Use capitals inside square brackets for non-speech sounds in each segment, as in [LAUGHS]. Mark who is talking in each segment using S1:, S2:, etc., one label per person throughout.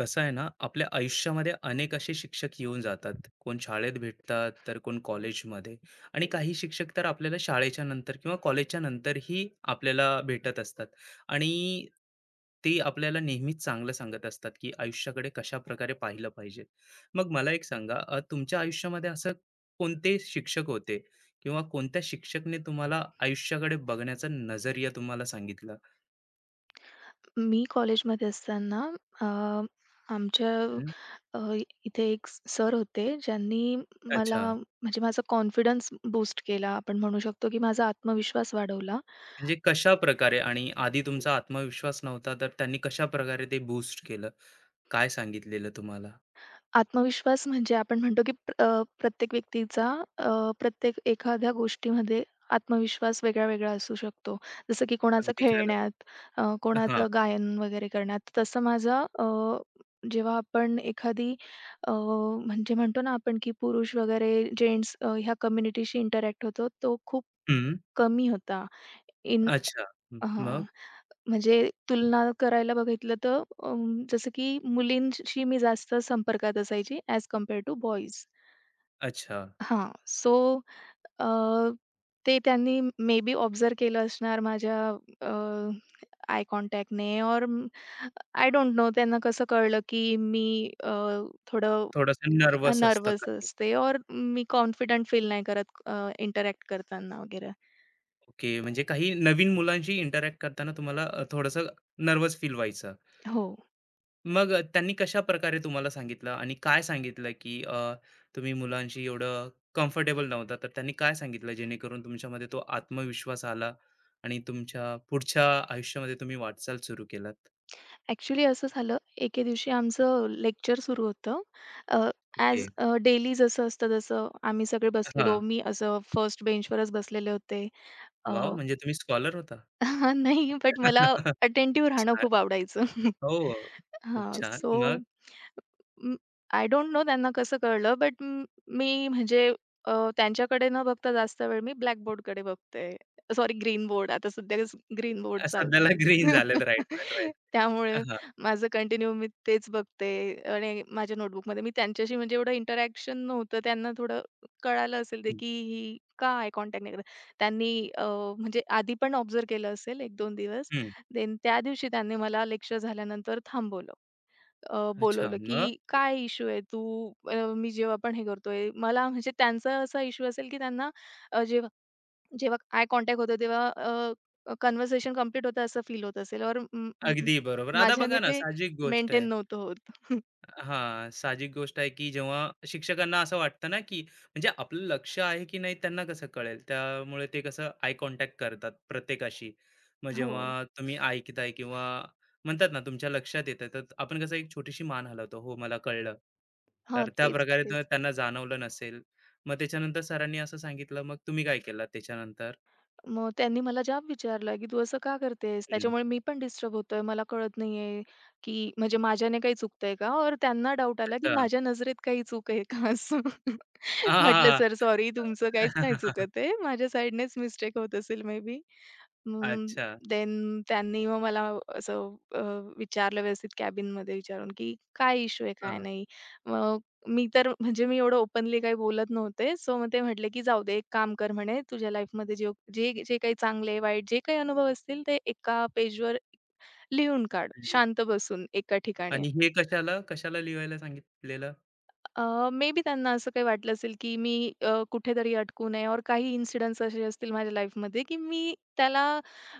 S1: कसं आहे ना, आपल्या आयुष्यामध्ये अनेक असे शिक्षक येऊन जातात. कोण शाळेत भेटतात, तर कोण कॉलेजमध्ये आणि काही शिक्षक तर आपल्याला शाळेच्या नंतर किंवा कॉलेजच्या नंतरही आपल्याला भेटत असतात. आणि ते आपल्याला नेहमीच चांगलं सांगत असतात, की आयुष्याकडे कशाप्रकारे पाहिलं पाहिजे. मग मला एक सांगा, तुमच्या आयुष्यामध्ये असं कोणते शिक्षक होते किंवा कोणत्या शिक्षकने तुम्हाला आयुष्याकडे बघण्याचा नजरिया तुम्हाला सांगितला?
S2: मी कॉलेजमध्ये असताना अ, आमच्या
S1: हं,
S2: अ, इथे एक सर होते, ज्यांनी मला
S1: अच्छा.
S2: म्हणजे माझा कॉन्फिडन्स बूस्ट केला. आपण म्हणू शकतो, की माझा आत्मविश्वास वाढवला.
S1: म्हणजे कशा प्रकारे आणि आधी तुमचा आत्मविश्वास नव्हता, तर त्यांनी कशा प्रकारे ते बूस्ट केलं? काय सांगितलेलं तुम्हाला?
S2: आत्मविश्वास म्हणजे आपण म्हणतो की प्रत्येक व्यक्तीचा प्रत्येक एखाद्या गोष्टीमध्ये आत्मविश्वास वेगळा-वेगळा असू शकतो. जसं की कोणाचं
S1: अगदी खरं.
S2: खेळण्यात,
S1: हां.
S2: कोणाचं गायन वगैरे करण्यात. तसं माझं जेव्हा आपण एखादी म्हणजे म्हणतो ना आपण की पुरुष वगैरे जेंट्स ह्या कम्युनिटीशी इंटरॅक्ट होतो, तो खूप
S1: हं.
S2: कमी होता.
S1: अच्छा. हं. मग?
S2: हां. म्हणजे तुलना करायला बघितलं तर जसं की मुलींशी मी जास्त संपर्कात असायची ॲज कंपेअर टू बॉयज.
S1: अच्छा.
S2: हां. सो अ, ते त्यांनी मे बी ऑब्झर्व्ह केलं असणार माझ्या अ, आय कॉन्टॅक्टने और आय डोंट नो त्यांना कसं कळलं की मी अ, थोडं
S1: थोडंसं नर्व्हस असता
S2: नर्व्हस
S1: काही.
S2: असते और मी कॉन्फिडंट फील नाही करत, इंटरॅक्ट करताना वगैरे.
S1: ओके. म्हणजे काही नवीन मुलांशी इंटरॅक्ट करताना तुम्हाला नर्व्हस फील व्हायचं.
S2: हो.
S1: मग त्यांनी कशाप्रकारे तुम्हाला सांगितलं आणि काय सांगितलं, की तुम्ही मुलांशी एवढं कम्फर्टेबल नव्हता, तर त्यांनी काय सांगितलं जेणेकरून तुमच्यामध्ये तो आत्मविश्वास आला आणि तुमच्या पुढच्या आयुष्यामध्ये तुम्ही वाटचाल सुरू केलात?
S2: ॲक्चुअली असं झालं, एके दिवशी आमचं लेक्चर सुरू होतं. अ,
S1: ओके.
S2: ॲज डेली जसं असतं तसं आम्ही सगळे बसलेलो.
S1: हां.
S2: मी असं फर्स्ट बेंचवरच बसलेले होते. अ,
S1: वॉव! म्हणजे तुम्ही स्कॉलर होता.
S2: [LAUGHS] नाही, बट मला
S1: [LAUGHS]
S2: अटेंटिव्ह राहणं
S1: छान.
S2: खूप आवडायचं. [LAUGHS]
S1: हो. खूप
S2: हां,
S1: छान.
S2: सो
S1: मग
S2: अं, आय डोंट नो त्यांना कसं कळलं, बट मी म्हणजे त्यांच्याकडे न बघता जास्त वेळ मी ब्लॅक बोर्डकडे बघते. Sorry green board. आता सध्या ग्रीन बोर्ड
S1: सध्याला
S2: चालतं.
S1: ग्रीन झालेत. Right, right, right.
S2: [LAUGHS] त्यामुळे
S1: हां.
S2: माझं कंटिन्यू मी तेच बघते आणि माझ्या नोटबुकमध्ये मी त्यांच्याशी म्हणजे एवढं इंटरॅक्शन नव्हतं. त्यांना थोडं कळालं असेल ते,
S1: हं.
S2: की ही का आय कॉन्टॅक्ट नाही करत. त्यांनी अ, म्हणजे आधी पण ऑब्झर्व्ह केलं असेल 1-2 दिवस. देन त्या दिवशी त्यांनी मला लेक्चर झाल्यानंतर थांबवलं.
S1: अच्छा.
S2: बोलवलं,
S1: मग?
S2: की "काय इश्यू आहे? तू मी जेव्हा पण हे करतोय." मला म्हणजे त्यांचा असा इश्यू असेल, की त्यांना जेव्हा जेव्हा आय कॉन्टॅक्ट होतो तेव्हा कन्व्हर्सेशन कंप्लीट होतं असं फील होत असेल और म म
S1: अगदी बरोबर. आता
S2: माझ्याने
S1: बघा ना,
S2: ते
S1: साहजिक गोष्ट
S2: मेंटेन
S1: आहे.
S2: नव्हतं होत. [LAUGHS]
S1: हां, साहजिक गोष्ट आहे, की जेव्हा शिक्षकांना असं वाटतं ना, की म्हणजे आपलं लक्ष आहे की नाही त्यांना कसं कळेल? त्यामुळे ते कसं आय कॉन्टॅक्ट करतात प्रत्येकाशी. मग
S2: हो.
S1: जेव्हा तुम्ही ऐकताय किंवा म्हणतात ना तुमच्या लक्षात येतं, तर आपण कसं एक छोटीशी मान हलवतो, "हो, मला कळलं."
S2: हां,
S1: तर
S2: तेच,
S1: त्याप्रकारे तर
S2: तेच.
S1: त्यांना जाणवलं नसेल. मग त्याच्यानंतर सरांनी असं सांगितलं, मग तुम्ही काय केलात त्याच्यानंतर?
S2: मग त्यांनी मला जाब विचारला, की "तू असं का करतेस?"
S1: हं.
S2: त्याच्यामुळे मी पण डिस्टर्ब होतोय. मला कळत नाहीये, की म्हणजे माझ्याने काही चुकतंय का? और त्यांना डाऊट आला, की
S1: अच्छा. [LAUGHS]
S2: माझ्या नजरेत काही चूक आहे का असं. [LAUGHS]
S1: हां,
S2: म्हटलं,
S1: हां,
S2: "सर सॉरी, तुमचं
S1: हां.
S2: काहीच नाही
S1: [LAUGHS]
S2: चुकत आहे. माझ्या साइडनेच मिस्टेक होत असेल मे बी."
S1: अच्छा.
S2: देन त्यांनी मग मला असं विचारलं व्यवस्थित कॅबिनमध्ये विचारून, की "काय इश्यू आहे? काय
S1: हा.
S2: नाही?" मी तर म्हणजे मी एवढं ओपनली काही बोलत नव्हते. सो मग ते म्हटले, की "जाऊ दे, एक काम कर," म्हणे, "तुझ्या लाईफमध्ये जे जे जे काही चांगले, वाईट जे काही अनुभव असतील, ते एका पेजवर लिहून काढ,
S1: हम्म.
S2: शांत बसून एका ठिकाणी."
S1: आणि हे कशाला, कशाला लिहायला सांगितलेलं?
S2: मे बी त्यांना असं काही वाटलं असेल, की मी कुठेतरी अटकू नये और काही इन्सिडन्ट्स असे असतील माझ्या लाईफमध्ये, की मी त्याला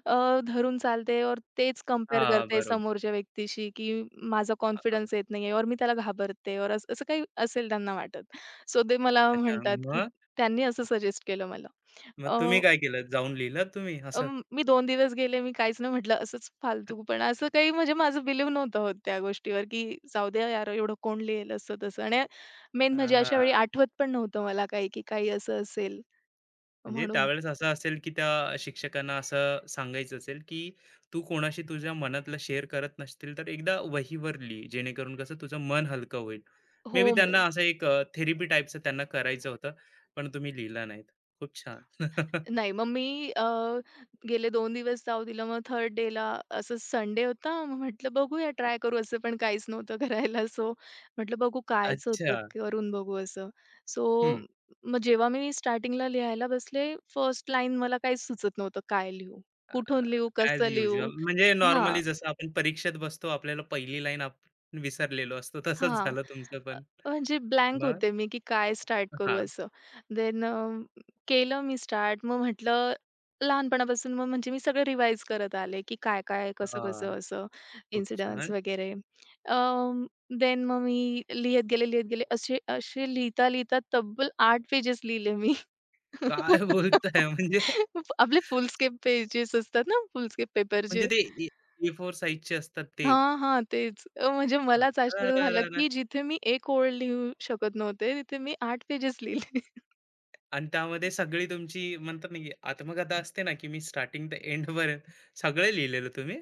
S2: अ, धरून चालते और तेच कंपेअर
S1: हां,
S2: करते
S1: बरोबर.
S2: समोरच्या व्यक्तीशी, की माझा
S1: हां,
S2: कॉन्फिडन्स येत नाहीये और मी त्याला घाबरते और असं असं काही असेल त्यांना वाटत. सो ते मला
S1: अच्छा.
S2: म्हणतात, की
S1: मग?
S2: त्यांनी असं सजेस्ट केलं मला.
S1: मग
S2: अ
S1: तुम्ही काय केलं? जाऊन लिहिलं तुम्ही असं?
S2: मी दोन दिवस गेले, मी काहीच नाही म्हटलं. असंच फालतूपणा असं काही म्हणजे माझं बिलीव्ह नव्हतं होत त्या गोष्टीवर, की जाऊ द्या यार, एवढं कोण लिहेल असं तसं आणि मेन म्हणजे अशा वेळी
S1: हां,
S2: आठवत पण नव्हतं मला काही, की काही असं असेल
S1: म्हणजे
S2: म्हणून.
S1: त्यावेळेस असं असेल, की त्या शिक्षकांना असं सांगायचं असेल, की तू कोणाशी तुझ्या मनातलं शेअर करत नसशील, तर एकदा वहीवर लिही, जेणेकरून कसं तुझं मन हलकं होईल. मे
S2: हो,
S1: बी त्यांना असं एक थेरपी टाईपचं त्यांना करायचं होतं, पण तुम्ही लिहिला नाहीत. खूप छान. [LAUGHS]
S2: नाही, मग मी गेले दोन दिवस जाऊ दिलं. मग थर्ड डेला असंच संडे होता. मग म्हटलं बघूया ट्राय करू. असं पण काहीच नव्हतं करायला. सो म्हटलं बघू कायच
S1: अच्छा.
S2: होतं, करून बघू असं. सो
S1: हं.
S2: मग जेव्हा मी स्टार्टिंगला लिहायला बसले, फर्स्ट लाईन मला काहीच सुचत नव्हतं. काय लिहू?
S1: अ,
S2: कुठून लिहू?
S1: ॲज
S2: कसं लिहू?
S1: युजुअल म्हणजे
S2: हां.
S1: नॉर्मली जसं आपण परीक्षेत बसतो, आपल्याला पहिली लाईन आपण विसरलेलो असतो, तसंच
S2: हां.
S1: झालं तुमचं
S2: अ,
S1: पण.
S2: म्हणजे ब्लँक
S1: मग?
S2: होते मी, की काय स्टार्ट करू
S1: हां.
S2: असं. देन केलं मी स्टार्ट. मग म्हटलं लहानपणापासून मग म्हणजे मी सगळं रिवाईज करत आले, की काय-काय,
S1: हां.
S2: कसं-कसं असं
S1: खूप
S2: इन्सिडन्स
S1: छान.
S2: वगैरे. देन मग मी लिहित गेले, लिहित गेले. असे असे लिहिता-लिहिता तब्बल 8 पेजेस लिहिले मी.
S1: काय बोलताय?
S2: [LAUGHS]
S1: म्हणजे
S2: आपले फुल स्केप पेजेस असतात ना, फुल स्केप पेपरचे.
S1: म्हणजे ते ए ए4 साइजचे असतात ते.
S2: हां, हां. तेच. म्हणजे मलाच आश्चर्य झालं,
S1: अरेरेरे!
S2: की जिथे मी 1 ओळ लिहू शकत नव्हते, तिथे मी 8 पेजेस लिहिले.
S1: आणि त्यामध्ये सगळी तुमची म्हणतात ना, की आत्मकथा असते ना, की मी स्टार्टिंग ते एंड एंडपर्यंत सगळं लिहिलेलं तुम्ही?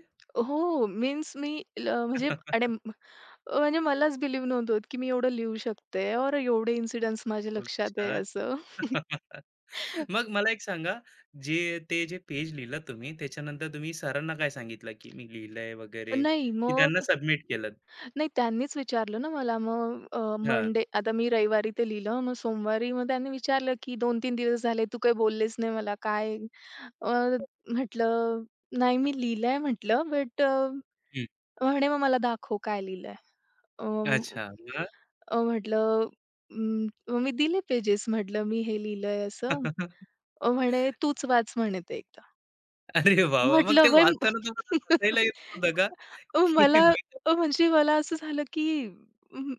S2: हो. मीन्स मी म्हणजे आणि
S1: [LAUGHS]
S2: म्हणजे मलाच बिलीव्ह नव्हतं होत, की मी एवढं लिहू शकते और एवढे इन्सिडन्ट्स माझ्या
S1: खूप
S2: लक्षात आहे
S1: छान.
S2: असं.
S1: [LAUGHS]
S2: [LAUGHS]
S1: मग मला एक सांगा, जे ते जे पेज लिहिलं तुम्ही, त्याच्यानंतर तुम्ही सरांना काय सांगितलं, की मी लिहिलंय वगैरे,
S2: नाही
S1: की त्यांना
S2: मग
S1: सबमिट केलं?
S2: नाही त्यांनीच विचारलं ना मला मग
S1: हां.
S2: मंडे आता मी रविवारी ते लिहिलं. मग सोमवारी मग त्यांनी विचारलं, की "2-3 दिवस झाले तू काही बोललेच नाही मला काय?" अ, म्हटलं, "नाही मी लिहिलंय" म्हटलं, "बट"
S1: हं.
S2: म्हणे, "मग मला दाखव काय लिहिलंय." अ,
S1: अच्छा. मग?
S2: अ, म्हटलं, "अं, मग मी दिले पेजेस म्हटलं, "मी हे लिहिलंय" असं.
S1: [LAUGHS]
S2: म्हणे, "तूच वाच" म्हणे ते एकदा.
S1: अरे वाह! वाह! मग ते
S2: म्हटलं, "बाई"
S1: वाचताना तुम्हाला हसायला येत नव्हतं का? की
S2: मला
S1: मी
S2: म्हणजे मला असं झालं, की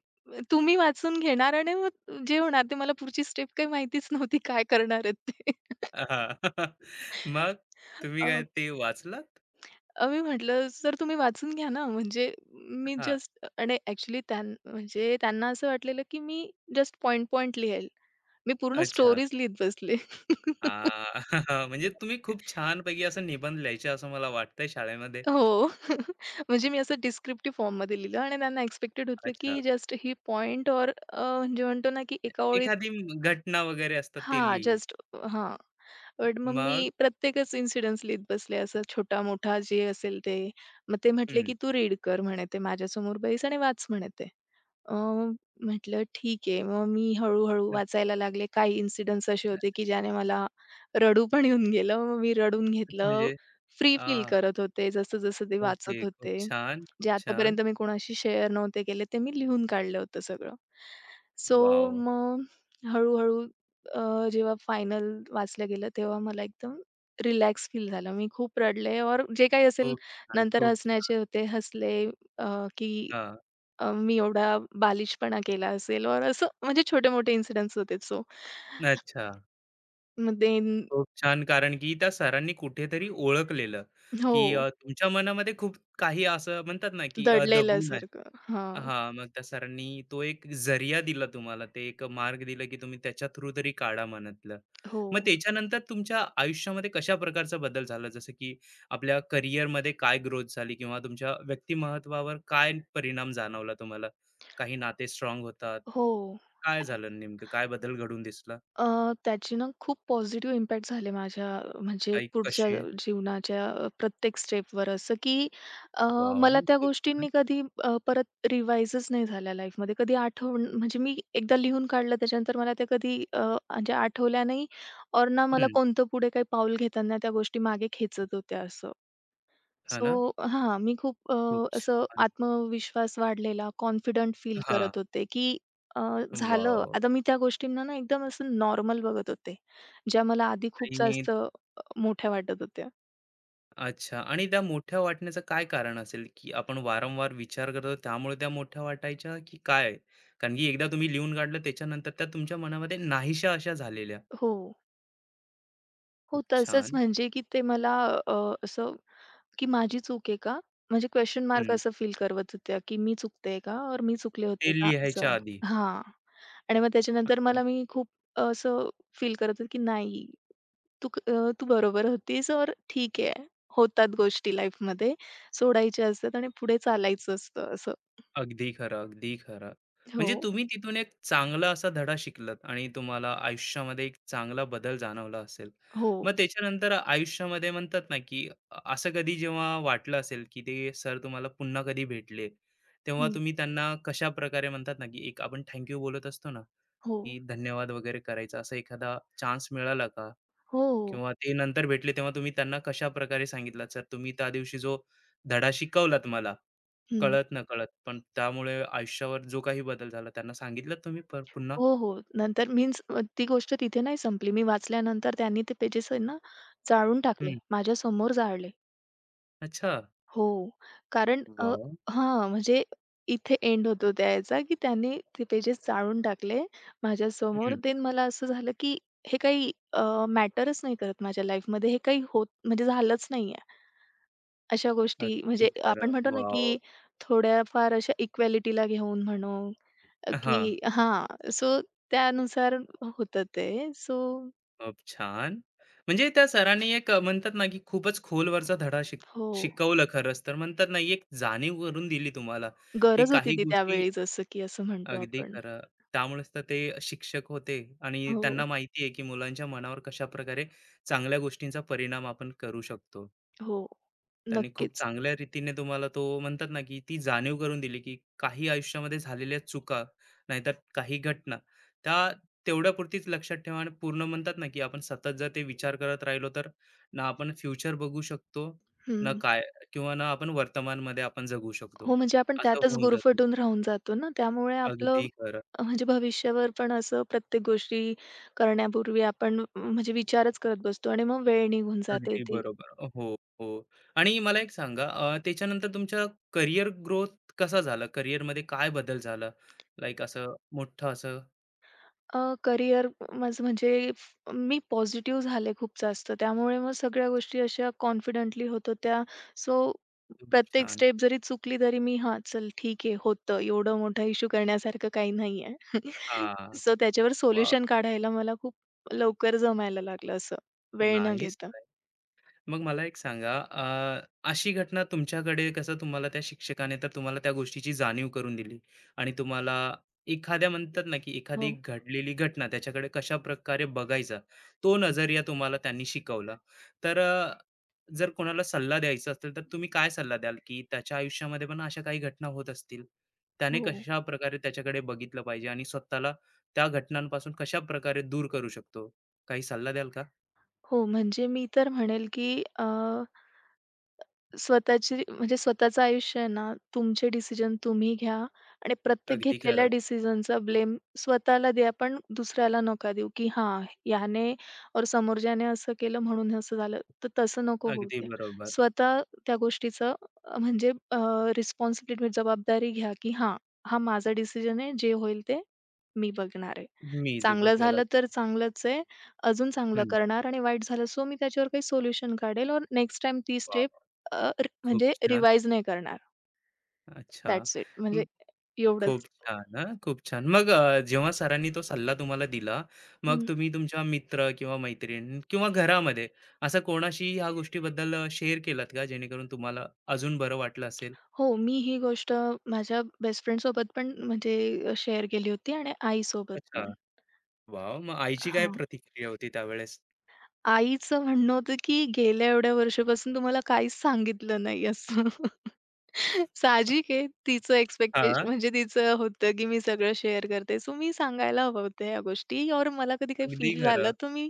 S2: तुम्ही वाचून घेणार आणि मग जे होणार ते मला पुढची स्टेप काही माहितीच नव्हती काय करणार आहेत ते.
S1: हां. [LAUGHS]
S2: [LAUGHS]
S1: मग तुम्ही
S2: अ,
S1: काय ते वाचलात?
S2: अ, मी म्हटलं, "सर तुम्ही वाचून घ्या ना." म्हणजे मी
S1: हां.
S2: जस्ट आणि ॲक्चुअली म्हणजे त्यांना असं वाटलेलं, की मी जस्ट पॉइंट लिहेल. मी पूर्ण
S1: अच्छा.
S2: स्टोरीज लिहीत बसले. [LAUGHS]
S1: हां. [LAUGHS] म्हणजे तुम्ही खूप छानपैकी असं निबंध लिहायचे असं मला वाटतंय शाळेमध्ये.
S2: हो. [LAUGHS] म्हणजे मी असं डिस्क्रिप्टिव्ह फॉर्ममध्ये लिहिलं आणि त्यांना एक्सपेक्टेड होतं
S1: अच्छा.
S2: की जस्ट ही पॉइंट और म्हणजे म्हणतो ना की एका ओळीत
S1: एखादी घटना वगैरे असतात ते
S2: हां,
S1: लिही.
S2: जस्ट हां. बट मग मी
S1: मग?
S2: प्रत्येकच इन्सिडन्स लिहीत बसले, असं छोटा-मोठा जे असेल ते. मग ते म्हटले,
S1: हं.
S2: की "तू रीड कर" म्हणे ते, "माझ्यासमोर बैस आणि वाच" म्हणे ते. अ, म्हटलं ठीक आहे. मग मी हळू वाचायला लागले. काही इन्सिडन्स असे होते, की ज्याने मला रडू पण येऊन गेलं. मग मी रडून घेतलं.
S1: म्हणजे
S2: फ्री फील
S1: आह!
S2: करत होते, जसं-जसं ते
S1: ओके.
S2: वाचत
S1: खूप
S2: होते.
S1: छान, खूप
S2: जे
S1: छान.
S2: आतापर्यंत मी कोणाशी शेअर नव्हते केले, ते मी लिहून काढलं होतं सगळं. So
S1: wow!
S2: मग हळू जेव्हा फायनल वाचलं गेलं तेव्हा मला एकदम रिलॅक्स फील झालं. मी खूप रडले और जे काही असेल
S1: खूप छान,
S2: नंतर
S1: खूप
S2: हसण्याचे होते, हसले की
S1: हां.
S2: मी एवढा बालिशपणा केला असेल और असं म्हणजे छोटे-मोठे इन्सिडेंट्स होते सो.
S1: अच्छा.
S2: मग देन
S1: खूप छान कारण की त्या सरांनी कुठेतरी ओळखलेलं, की
S2: हो,
S1: तुमच्या मनामध्ये खूप काही असं म्हणतात ना, की दबून आहे.
S2: दडलेल्यासारखं. हां.
S1: हां, मग त्या सरांनी तो एक जरिया दिला तुम्हाला. ते एक मार्ग दिला, की तुम्ही त्याच्या थ्रू तरी काढा मनातलं.
S2: हो.
S1: मग त्याच्यानंतर तुमच्या आयुष्यामध्ये कशा प्रकारचा बदल झाला? जसं की आपल्या करिअरमध्ये काय ग्रोथ झाली किंवा तुमच्या व्यक्तिमत्त्वावर काय परिणाम जाणवला तुम्हाला? काही नाते स्ट्राँग होतात.
S2: हो.
S1: काय झालं नेमकं? काय बदल घडून दिसला?
S2: त्याचे ना खूप पॉझिटिव्ह इम्पॅक्ट झाले माझ्या म्हणजे
S1: काही
S2: पुढच्या
S1: कसे?
S2: जीवनाच्या प्रत्येक स्टेपवर असं की अ,
S1: वॉव!
S2: मला त्या
S1: खूप छान.
S2: गोष्टींनी कधी परत रिवाइजच नाही झाल्या लाईफमध्ये. कधी आठवण म्हणजे मी एकदा लिहून काढलं त्याच्यानंतर मला त्या कधी म्हणजे आठवल्या नाही और ना मला
S1: हं.
S2: कोणतं पुढे काही पाऊल घेताना त्या गोष्टी मागे खेचत होत्या असं.
S1: हां
S2: सो
S1: ना?
S2: हां, मी खूप
S1: खूप
S2: असं
S1: छान.
S2: आत्मविश्वास वाढलेला, कॉन्फिडंट फील
S1: हां.
S2: करत होते, की अ, झालं.
S1: वॉव!
S2: आता मी त्या गोष्टींना ना एकदम असं नॉर्मल बघत होते, ज्या मला आधी खूप
S1: आणि
S2: जास्त मोठ्या वाटत होत्या.
S1: अच्छा आणि त्या मोठ्या वाटण्याचं काय कारण असेल, की आपण वारंवार विचार करतो त्यामुळे त्या मोठ्या वाटायच्या की काय? कारण की एकदा तुम्ही लिहून काढलं त्याच्यानंतर त्या तुमच्या मनामध्ये नाहीशा अशा झालेल्या.
S2: हो, हो,
S1: खूप
S2: तसंच
S1: छान.
S2: म्हणजे की ते मला अ, असं की माझी चूक आहे का? म्हणजे क्वेशन मार्क
S1: हं.
S2: असं फील करवत होत्या, की मी चुकते का? और मी चुकले
S1: ते
S2: होते का? असं.
S1: लिहायच्या
S2: हां. आणि मग त्याच्यानंतर
S1: आधी.
S2: मला मी खूप असं फील करत होते, की नाही तू बरोबर होतीस और ठीक आहे. होतात गोष्टी लाईफमध्ये. सोडायच्या असतात आणि पुढे चालायचं असतं असं.
S1: अगदी खरं, अगदी खरं.
S2: हो,
S1: म्हणजे तुम्ही तिथून एक चांगला असा धडा शिकलात आणि तुम्हाला आयुष्यामध्ये एक चांगला बदल जाणवला असेल.
S2: हो.
S1: मग त्याच्यानंतर आयुष्यामध्ये म्हणतात ना, की असं कधी जेव्हा वाटलं असेल, की ते सर तुम्हाला पुन्हा कधी भेटले, तेव्हा
S2: हं.
S1: तुम्ही त्यांना कशाप्रकारे म्हणतात ना, की एक आपण थँक बोलत असतो ना,
S2: हो,
S1: की धन्यवाद वगैरे करायचा असा एखादा चान्स मिळाला का?
S2: हो.
S1: किंवा ते नंतर भेटले तेव्हा तुम्ही त्यांना कशाप्रकारे सांगितलात, "सर तुम्ही त्या दिवशी जो धडा शिकवलात मला"
S2: हं.
S1: कळत-नकळत, पण त्यामुळे आयुष्यावर जो काही बदल झाला त्यांना सांगितलं तुम्ही पर पुन्हा?
S2: हो, हो. नंतर मीन्स ती गोष्ट तिथे नाही संपली. मी वाचल्यानंतर त्यांनी ते पेजेस आहे ना, जाळून टाकले.
S1: हं.
S2: माझ्यासमोर जाळले.
S1: अच्छा.
S2: हो. कारण अ,
S1: वॉव!
S2: हां, म्हणजे इथे एंड होतो त्या ह्याचा, की त्याने ते पेजेस जाळून टाकले माझ्यासमोर.
S1: हं.
S2: देन मला असं झालं, की हे काही अ, मॅटरच नाही करत माझ्या लाईफमध्ये. हे काही होत म्हणजे झालंच नाहीये. अशा गोष्टी
S1: अगदी
S2: म्हणजे आपण
S1: खरं.
S2: म्हणतो ना,
S1: वॉव!
S2: की थोड्याफार अशा इक्वालिटीला घेऊन म्हणू
S1: हां.
S2: की हां, सो त्यानुसार होतं ते. सो
S1: खूप छान. म्हणजे त्या सरांनी एक म्हणतात ना, की खूपच खोलवरचा धडा
S2: हो,
S1: शिकवलं खरंच तर. म्हणतात ना, एक जाणीव करून दिली तुम्हाला, की
S2: गरज होती
S1: काही
S2: ती
S1: गोष्टी
S2: त्यावेळी जसं की असं म्हणतो
S1: अगदी
S2: आपण.
S1: खरं. त्यामुळेच तर ते शिक्षक होते आणि
S2: हो,
S1: त्यांना माहिती आहे, की मुलांच्या मनावर कशाप्रकारे चांगल्या गोष्टींचा परिणाम आपण करू शकतो.
S2: हो.
S1: त्यांनी खूप
S2: नक्कीच.
S1: चांगल्या रीतीने तुम्हाला तो म्हणतात ना, की ती जाणीव करून दिली, की काही आयुष्यामध्ये झालेल्या चुका, नाहीतर काही घटना, त्या तेवढ्यापुरतीच लक्षात ठेवा आणि पूर्ण म्हणतात ना, की आपण सतत जर ते विचार करत राहिलो, तर ना आपण फ्युचर बघू शकतो, ना
S2: हं.
S1: काय किंवा ना आपण वर्तमानमध्ये आपण जगू शकतो.
S2: हो, म्हणजे आपण
S1: असं
S2: त्यातच
S1: होऊन जातं.
S2: गुरफटून राहून जातो ना, त्यामुळे आपलं
S1: अगदी खरं.
S2: म्हणजे भविष्यावर पण असं प्रत्येक गोष्टी करण्यापूर्वी आपण म्हणजे विचारच करत बसतो आणि मग वेळ निघून जाते
S1: अगदी
S2: ती.
S1: बरोबर. हो, हो. आणि मला एक सांगा, त्याच्यानंतर तुमच्या करियर ग्रोथ कसा झाला? करियरमध्ये काय बदल झाला? लाइक असं मोठं असं
S2: अ, करिअर माझं म्हणजे मी पॉझिटिव्ह झाले खूप जास्त. त्यामुळे मग सगळ्या गोष्टी अशा कॉन्फिडेंटली होत होत्या. सो
S1: खूप
S2: प्रत्येक
S1: छान.
S2: स्टेप जरी चुकली तरी मी "हां, चल ठीक आहे, होतं. एवढं मोठा इश्यू करण्यासारखं काही नाहीये." [LAUGHS]
S1: हां.
S2: सो त्याच्यावर
S1: वॉव!
S2: सोल्युशन काढायला मला खूप लवकर जमायला लागलं असं, वेळ न
S1: नाईस.
S2: घेता.
S1: मग मला एक सांगा अशी घटना तुमच्याकडे कसं तुम्हाला त्या शिक्षकाने तर तुम्हाला त्या गोष्टीची जाणीव करून दिली आणि तुम्हाला एखाद्या म्हणतात ना की
S2: हो,
S1: एखादी घडलेली घटना त्याच्याकडे कशा प्रकारे बघायचा तो नजरिया तुम्हाला त्यांनी शिकवला तर जर कोणाला सल्ला द्यायचा असेल तर तुम्ही काय सल्ला द्याल की त्याच्या आयुष्यामध्ये पण अशा काही घटना होत असतील त्याने
S2: हो.
S1: कशा प्रकारे त्याच्याकडे बघितलं पाहिजे आणि स्वतःला त्या घटनांपासून कशा प्रकारे दूर करू शकतो काही सल्ला द्याल का
S2: हो, म्हणजे मी तर म्हणेल की स्वतःची म्हणजे स्वतःचं आयुष्य आहे ना, तुमचे डिसिजन तुम्ही घ्या आणि प्रत्येक
S1: अगदी
S2: घेतलेल्या
S1: खरं
S2: डिसिजनचा ब्लेम स्वतःला द्या, पण दुसऱ्याला नका देऊ, की हां, याने और समोरच्याने असं केलं म्हणून हे असं झालं. तर तसं नको होऊ
S1: अगदी
S2: द्या.
S1: बरोबर
S2: स्वतः त्या गोष्टीचं म्हणजे रिस्पॉन्सिबिलिटी जबाबदारी घ्या, की हां, हा माझा डिसिजन आहे. जे होईल ते मी बघणार आहे.
S1: मी जे
S2: चांगलं
S1: बघायला
S2: झालं तर चांगलंच आहे. अजून चांगलं
S1: हं,
S2: करणार आणि वाईट झालं सो मी त्याच्यावर काही सोल्युशन काढेल और नेक्स्ट टाईम ती
S1: वाह!
S2: स्टेप अ, र
S1: खूप
S2: म्हणजे
S1: छान.
S2: रिवाईज नाही करणार.
S1: अच्छा.
S2: That's it.
S1: हं,
S2: म्हणजे
S1: खूप
S2: एवढंच.
S1: छान हां, खूप छान. मग जेव्हा सरांनी तो सल्ला तुम्हाला दिला, मग
S2: हं.
S1: तुम्ही तुमच्या मित्र किंवा मैत्रीण किंवा घरामध्ये असं कोणाशी ह्या गोष्टीबद्दल शेअर केलात का? जेणेकरून तुम्हाला अजून बरं वाटलं असेल?
S2: हो, मी ही गोष्ट माझ्या बेस्ट फ्रेंडसोबत पण म्हणजे शेअर केली होती आणि आईसोबत
S1: अच्छा.
S2: पण.
S1: वॉव! मग आईची काय प्रतिक्रिया होती त्यावेळेस?
S2: आईचं म्हणणं होतं, की "गेल्या एवढ्या वर्षापासून तुम्हाला काहीच सांगितलं नाही." असं. [LAUGHS] साहजिक आहे तिचं
S1: हां,
S2: एक्सपेक्टेशन म्हणजे तिचं होतं, की मी सगळं शेअर करते. सो मी सांगायला हव्या होत्या ह्या गोष्टी और मला कधी काही
S1: अगदी
S2: फील
S1: खरं.
S2: झालं तर मी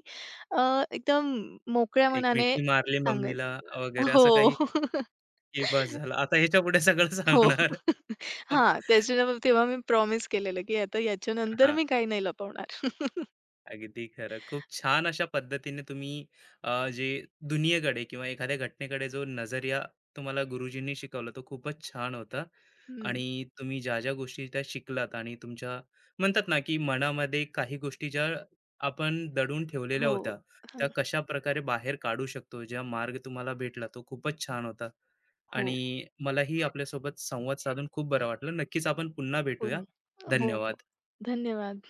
S2: अ, एकदम मोकळ्या
S1: एक
S2: मनाने
S1: मिठी मारली
S2: सांगायचं.
S1: मम्मीला वगैरे असं
S2: हो.
S1: काही, की बस
S2: [LAUGHS]
S1: झालं. आता ह्याच्यापुढे सगळं
S2: हो.
S1: सांगणार.
S2: [LAUGHS] हां,
S1: [LAUGHS]
S2: त्याच्या तेव्हा मी प्रॉमिस केलेलं, की आता याच्यानंतर
S1: हां.
S2: मी काही नाही लपवणार. [LAUGHS]
S1: अगदी खरं. खूप छान अशा पद्धतीने तुम्ही जे दुनियेकडे किंवा एखाद्या घटनेकडे जो नजरिया तुम्हाला गुरुजींनी शिकवला तो खूपच छान होता.
S2: हं.
S1: आणि तुम्ही ज्या ज्या गोष्टी त्या शिकलात आणि तुमच्या म्हणतात ना, की मनामध्ये काही गोष्टी ज्या आपण दडून ठेवलेल्या
S2: हो.
S1: होत्या, त्या
S2: हां.
S1: कशाप्रकारे बाहेर काढू शकतो, ज्या मार्ग तुम्हाला भेटला तो खूपच छान होता.
S2: हो.
S1: आणि मलाही आपल्यासोबत संवाद साधून खूप बरं वाटलं. नक्कीच आपण पुन्हा
S2: हो,
S1: भेटूया.
S2: हो, हो.
S1: धन्यवाद.
S2: धन्यवाद.